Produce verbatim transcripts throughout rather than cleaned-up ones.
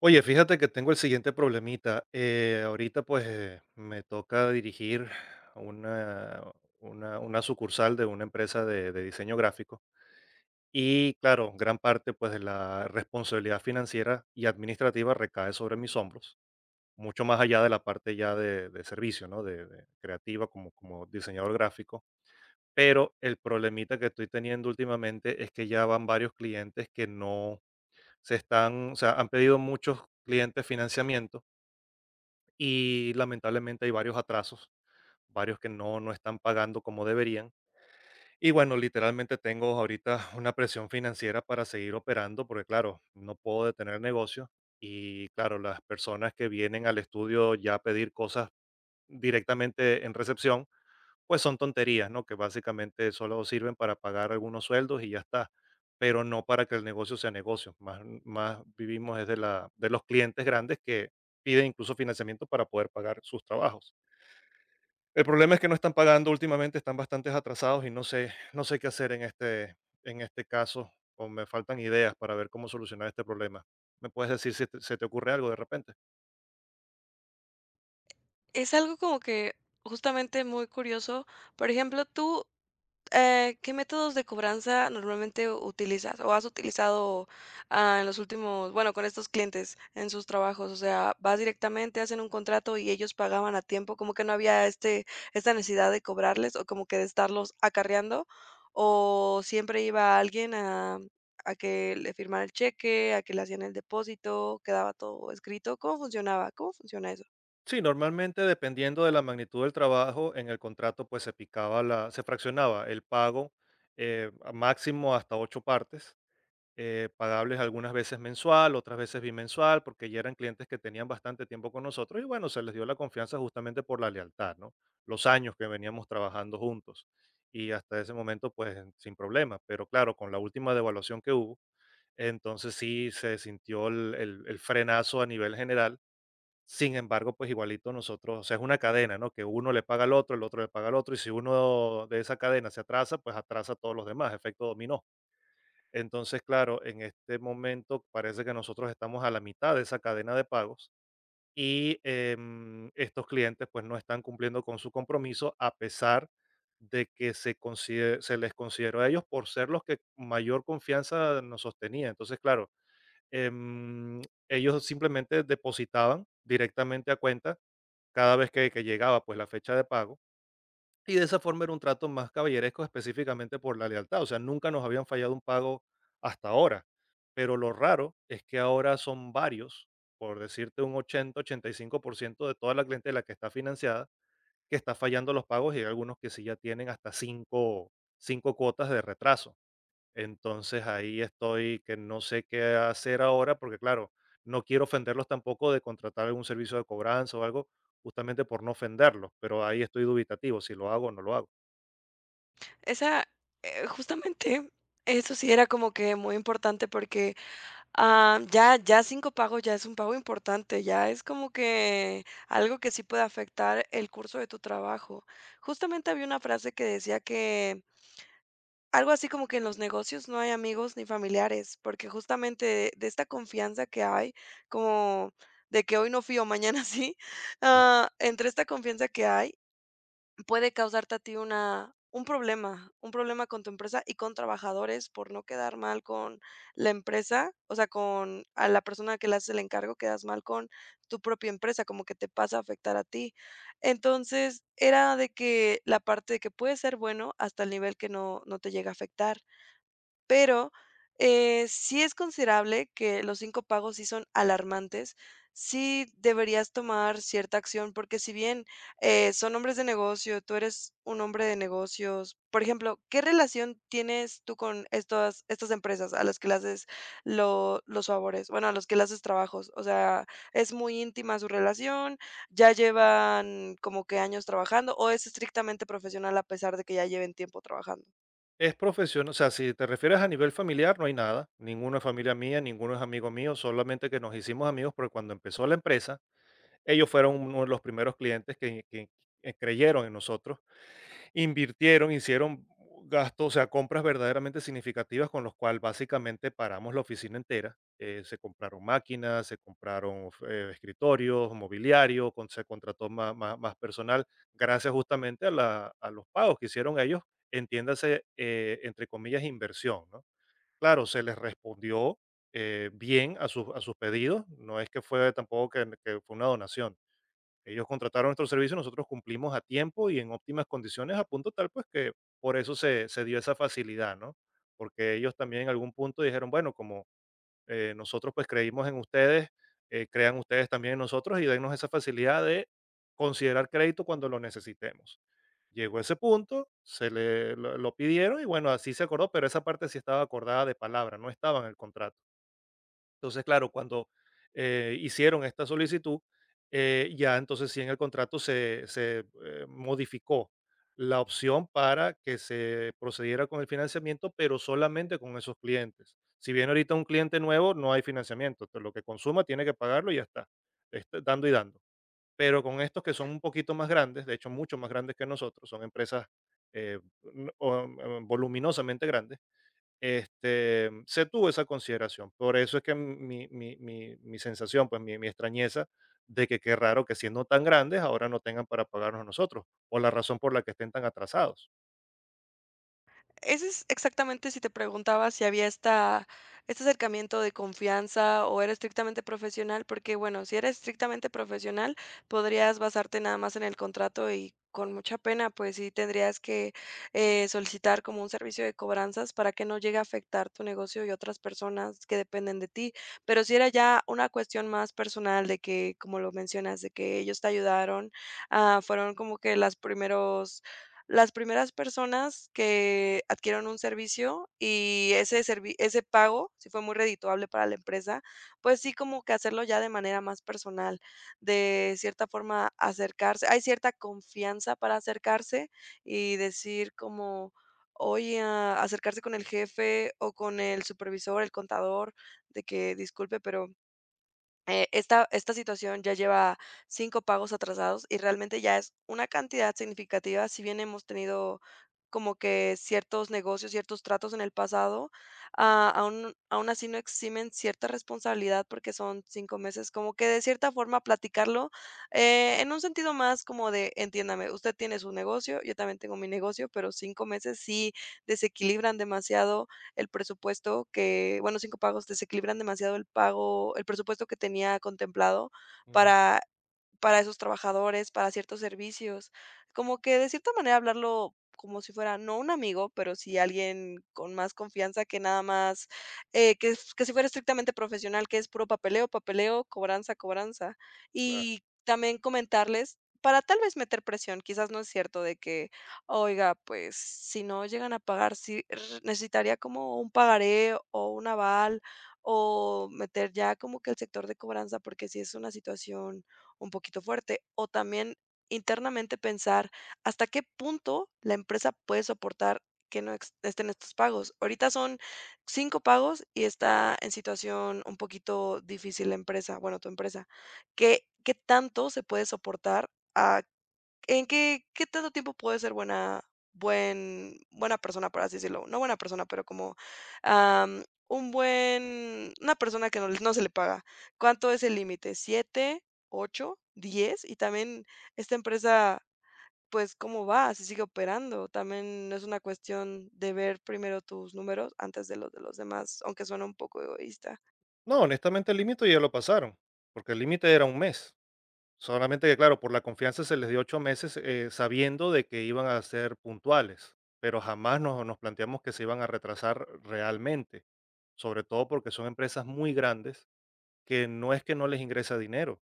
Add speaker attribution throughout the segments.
Speaker 1: Oye, fíjate que tengo el siguiente problemita. Eh, ahorita pues eh, me toca dirigir una, una, una sucursal de una empresa de, de diseño gráfico y claro, gran parte pues de la responsabilidad financiera y administrativa recae sobre mis hombros, mucho más allá de la parte ya de, de servicio, ¿no? De, de creativa como, como diseñador gráfico. Pero el problemita que estoy teniendo últimamente es que ya van varios clientes que no se están, o sea, han pedido muchos clientes financiamiento y lamentablemente hay varios atrasos, varios que no, no están pagando como deberían. Y bueno, literalmente tengo ahorita una presión financiera para seguir operando, porque claro, no puedo detener el negocio. Y claro, las personas que vienen al estudio ya a pedir cosas directamente en recepción, pues son tonterías, ¿no? Que básicamente solo sirven para pagar algunos sueldos y ya está, pero no para que el negocio sea negocio. Más, más vivimos es de, la, de los clientes grandes que piden incluso financiamiento para poder pagar sus trabajos. El problema es que no están pagando últimamente, están bastante atrasados y no sé, no sé qué hacer en este, en este caso, o me faltan ideas para ver cómo solucionar este problema. ¿Me puedes decir si te- se te ocurre algo de repente?
Speaker 2: Es algo como que justamente muy curioso. Por ejemplo, tú, eh, ¿qué métodos de cobranza normalmente utilizas o has utilizado, ah, en los últimos, bueno, con estos clientes en sus trabajos? O sea, vas directamente, hacen un contrato y ellos pagaban a tiempo, como que no había este, esta necesidad de cobrarles o como que de estarlos acarreando, o siempre iba alguien a, a que le firmara el cheque, a que le hacían el depósito, quedaba todo escrito. ¿Cómo funcionaba? ¿Cómo funciona eso?
Speaker 1: Sí, normalmente dependiendo de la magnitud del trabajo, en el contrato pues se picaba la, se fraccionaba el pago eh, a máximo hasta ocho partes eh, pagables algunas veces mensual, otras veces bimensual, porque ya eran clientes que tenían bastante tiempo con nosotros y bueno, se les dio la confianza justamente por la lealtad, ¿no? Los años que veníamos trabajando juntos y hasta ese momento pues sin problema, pero claro, con la última devaluación que hubo, entonces sí se sintió el, el- el frenazo a nivel general. Sin embargo, pues igualito nosotros, o sea, es una cadena, ¿no? Que uno le paga al otro, el otro le paga al otro, y si uno de esa cadena se atrasa, pues atrasa a todos los demás, efecto dominó. Entonces, claro, en este momento parece que nosotros estamos a la mitad de esa cadena de pagos y em, estos clientes pues no están cumpliendo con su compromiso a pesar de que se, consider- se les consideró a ellos por ser los que mayor confianza nos sostenía. Entonces, claro, em, ellos simplemente depositaban directamente a cuenta cada vez que que llegaba pues la fecha de pago y de esa forma era un trato más caballeresco específicamente por la lealtad. O sea, nunca nos habían fallado un pago hasta ahora. Pero lo raro es que ahora son varios, por decirte un ochenta-ochenta y cinco por ciento de toda la clientela que está financiada, que está fallando los pagos y hay algunos que sí ya tienen hasta cinco, cinco cuotas de retraso. Entonces ahí estoy que no sé qué hacer ahora porque claro, no quiero ofenderlos tampoco de contratar algún servicio de cobranza o algo justamente por no ofenderlos, pero ahí estoy dubitativo si lo hago o no lo hago.
Speaker 2: Esa, eh, justamente, eso sí era como que muy importante porque, ah, ya ya cinco pagos ya es un pago importante, ya es como que algo que sí puede afectar el curso de tu trabajo. Justamente había una frase que decía que algo así como que en los negocios no hay amigos ni familiares, porque justamente de de esta confianza que hay, como de que hoy no fío, mañana sí,
Speaker 1: Claro.
Speaker 2: ah, entre esta confianza que hay, puede causarte a ti una un problema, un problema con tu empresa y con trabajadores por no quedar mal con la empresa, o sea, con a la persona que le haces el encargo, quedas mal con tu propia empresa, como que te pasa a afectar a ti. Entonces, era de que la parte de que puede ser bueno hasta el nivel que no no te llega a afectar. Pero, eh, sí es considerable que los cinco pagos sí son alarmantes. Sí deberías tomar cierta acción, porque si bien, eh, son hombres de negocio, tú eres un hombre de negocios. Por ejemplo, ¿qué relación tienes tú con estas estas empresas a las que le haces lo los favores? Bueno, a los que le haces trabajos. O sea, ¿es muy íntima su relación? ¿Ya llevan como que años trabajando o es estrictamente profesional a pesar de que ya lleven tiempo trabajando?
Speaker 1: Es profesional, o sea, si te refieres a nivel familiar, no hay nada, ninguno es familia mía, ninguno es amigo mío, solamente que nos hicimos amigos porque cuando empezó la empresa, ellos fueron uno de los primeros clientes que que, eh, creyeron en nosotros. Invirtieron, hicieron gastos, o sea, compras verdaderamente significativas con los cuales básicamente paramos la oficina entera. Eh, se compraron máquinas, se compraron eh, escritorios, mobiliario, con- se contrató ma- ma- más personal, gracias justamente a, la- a los pagos que hicieron ellos, entiéndase, eh, entre comillas, inversión, ¿no? Claro, se les respondió eh, bien a sus, a sus pedidos, no es que fue tampoco que que fue una donación. Ellos contrataron nuestro servicio, nosotros cumplimos a tiempo y en óptimas condiciones, a punto tal pues que por eso se, se dio esa facilidad, ¿no? Porque ellos también en algún punto dijeron, bueno, como eh, nosotros pues creímos en ustedes, eh, crean ustedes también en nosotros y dennos esa facilidad de considerar crédito cuando lo necesitemos. Llegó ese punto, se le lo, lo pidieron y bueno, así se acordó, pero esa parte sí estaba acordada de palabra, no estaba en el contrato. Entonces, claro, cuando, eh, hicieron esta solicitud, eh, ya entonces sí en el contrato se se, eh, modificó la opción para que se procediera con el financiamiento, pero solamente con esos clientes. Si viene ahorita un cliente nuevo, no hay financiamiento, entonces lo que consuma tiene que pagarlo y ya está, este, dando y dando. Pero con estos que son un poquito más grandes, de hecho, mucho más grandes que nosotros, son empresas, eh, n- o, mm, voluminosamente grandes, este, se tuvo esa consideración. Por eso es que mi, mi- mi- mi sensación, pues mi, mi extrañeza de que qué raro que siendo tan grandes ahora no tengan para pagarnos a nosotros, o la razón por la que estén tan atrasados.
Speaker 2: Ese es exactamente si te preguntaba si había esta este acercamiento de confianza o era estrictamente profesional, porque bueno, si era estrictamente profesional, podrías basarte nada más en el contrato y con mucha pena, pues sí tendrías que, eh, solicitar como un servicio de cobranzas para que no llegue a afectar tu negocio y otras personas que dependen de ti. Pero si era ya una cuestión más personal de que, como lo mencionas, de que ellos te ayudaron, ah, fueron como que las primeros las primeras personas que adquieran un servicio y ese servi ese pago, si fue muy redituable para la empresa, pues sí, como que hacerlo ya de manera más personal, de cierta forma acercarse. Hay cierta confianza para acercarse y decir como, oye, a acercarse con el jefe o con el supervisor, el contador, de que disculpe, pero eh, esta esta situación ya lleva cinco pagos atrasados y realmente ya es una cantidad significativa, si bien hemos tenido como que ciertos negocios, ciertos tratos en el pasado, ah, aún aún así no eximen cierta responsabilidad porque son cinco meses, como que de cierta forma platicarlo, eh, en un sentido más como de: "Entiéndame, usted tiene su negocio, yo también tengo mi negocio", pero cinco meses sí desequilibran demasiado el presupuesto que bueno, cinco pagos, desequilibran demasiado el pago el presupuesto que tenía contemplado
Speaker 1: Ujú.
Speaker 2: para para esos trabajadores, para ciertos servicios. Como que de cierta manera hablarlo como si fuera, no un amigo, pero sí alguien con más confianza que nada más, eh, que, f- que si fuera estrictamente profesional, que es puro papeleo, papeleo, cobranza, cobranza.
Speaker 1: Claro.
Speaker 2: Y también comentarles para tal vez meter presión, quizás no es cierto de que, oiga, pues si no llegan a pagar, sí, r- necesitaría como un pagaré o un aval o meter ya como que el sector de cobranza, porque si es una situación un poquito fuerte. O también internamente pensar hasta qué punto la empresa puede soportar que no ex- estén estos pagos. Ahorita son cinco pagos y está en situación un poquito difícil la empresa, bueno, tu empresa. ¿Qué, qué tanto se puede soportar? A ¿En qué qué tanto tiempo puede ser buena buen buena persona, por así decirlo? No buena persona, pero como, am, un buen una persona que no le- no se le paga. ¿Cuánto es el límite? Siete, ocho, diez. Y también esta empresa, pues, ¿cómo va? Si sigue operando. También es una cuestión de ver primero tus números antes de los de los demás, aunque suena un poco egoísta.
Speaker 1: No, honestamente el límite ya lo pasaron, porque el límite era un mes. Solamente que, claro, por la confianza se les dio ocho meses eh, sabiendo de que iban a ser puntuales, pero jamás nos, nos planteamos que se iban a retrasar realmente, sobre todo porque son empresas muy grandes que no es que no les ingresa dinero.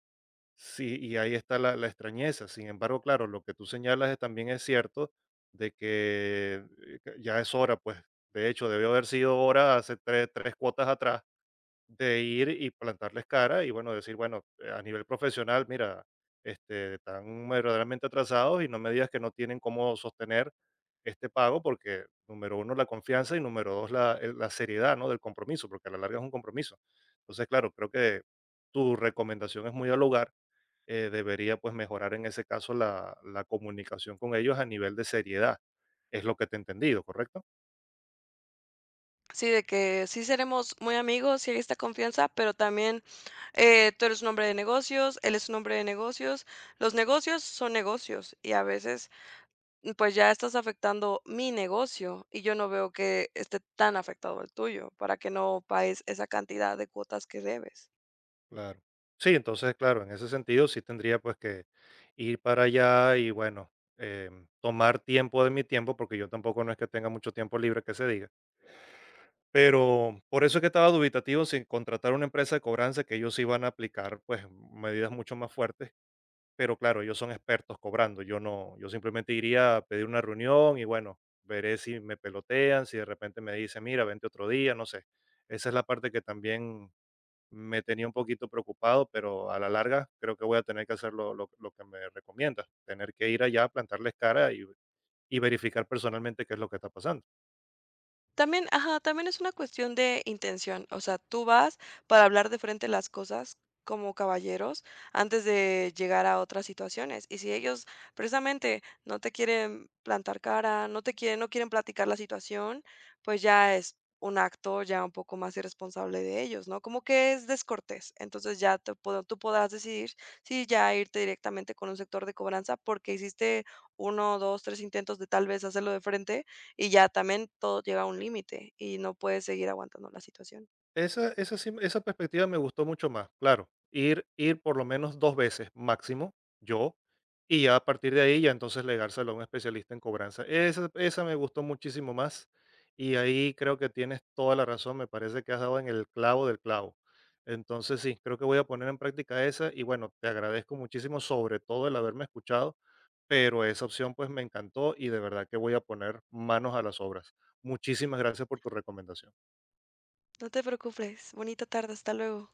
Speaker 1: Sí, y ahí está la, la extrañeza. Sin embargo, claro, lo que tú señalas es- también es cierto de que eh, que ya es hora, pues, de hecho, debió haber sido hora hace tres, tres cuotas atrás de ir y plantarles cara y bueno, decir, bueno, eh, a nivel profesional, mira, este, están verdaderamente atrasados y no me digas que no tienen cómo sostener este pago porque, número uno, la confianza y número dos, la, el- la seriedad, ¿no? Del compromiso, porque a la larga es un compromiso. Entonces, claro, creo que tu recomendación es muy al lugar. eh, debería pues mejorar en ese caso la, la comunicación con ellos a nivel de seriedad. Es lo que te he entendido, ¿correcto?
Speaker 2: Sí, de que sí seremos muy amigos, sí hay esta confianza, pero también eh, tú eres un hombre de negocios, él es un hombre de negocios, los negocios son negocios y a veces mm, pues ya estás afectando mi negocio y yo no veo que esté tan afectado el tuyo para que no pagues esa cantidad de cuotas que debes.
Speaker 1: Claro. Sí, entonces, claro, en ese sentido sí tendría pues que ir para allá y bueno, em, tomar tiempo de mi tiempo, porque yo tampoco no es que tenga mucho tiempo libre que se diga. Pero por eso es que estaba dubitativo sin contratar una empresa de cobranza, que ellos sí van a aplicar pues medidas mucho más fuertes, pero claro, ellos son expertos cobrando, yo no, yo simplemente iría a pedir una reunión y bueno, veré si me pelotean, si de repente me dicen, mira, vente otro día, no sé. Esa es la parte que también me tenía un poquito preocupado, pero a la larga creo que voy a tener que hacer lo, lo- lo que me recomiendas, tener que ir allá, plantarles cara y, y verificar personalmente qué es lo que está pasando.
Speaker 2: También, ajá, también es una cuestión de intención, o sea, tú vas para hablar de frente las cosas como caballeros antes de llegar a otras situaciones. Y si ellos precisamente no te quieren plantar cara, no te quieren, no quieren platicar la situación, pues ya es un acto ya un poco más irresponsable de ellos, ¿no? Como que es descortés. Entonces ya te puedo- tú podrás decidir si ya irte directamente con un sector de cobranza porque hiciste uno, dos, tres intentos de tal vez hacerlo de frente y ya también todo llega a un límite y no puedes seguir aguantando la situación.
Speaker 1: Esa, esa, sí- esa perspectiva me gustó mucho más, claro. Ir, ir por lo menos dos veces máximo, yo, y ya a partir de ahí ya entonces legárselo a un especialista en cobranza. Esa, esa me gustó muchísimo más y ahí creo que tienes toda la razón, me parece que has dado en el clavo del clavo. Entonces sí, creo que voy a poner en práctica esa y bueno, te agradezco muchísimo sobre todo el haberme escuchado, pero esa opción pues me encantó y de verdad que voy a poner manos a las obras. Muchísimas gracias por tu recomendación.
Speaker 2: No te preocupes, bonita tarde, hasta luego.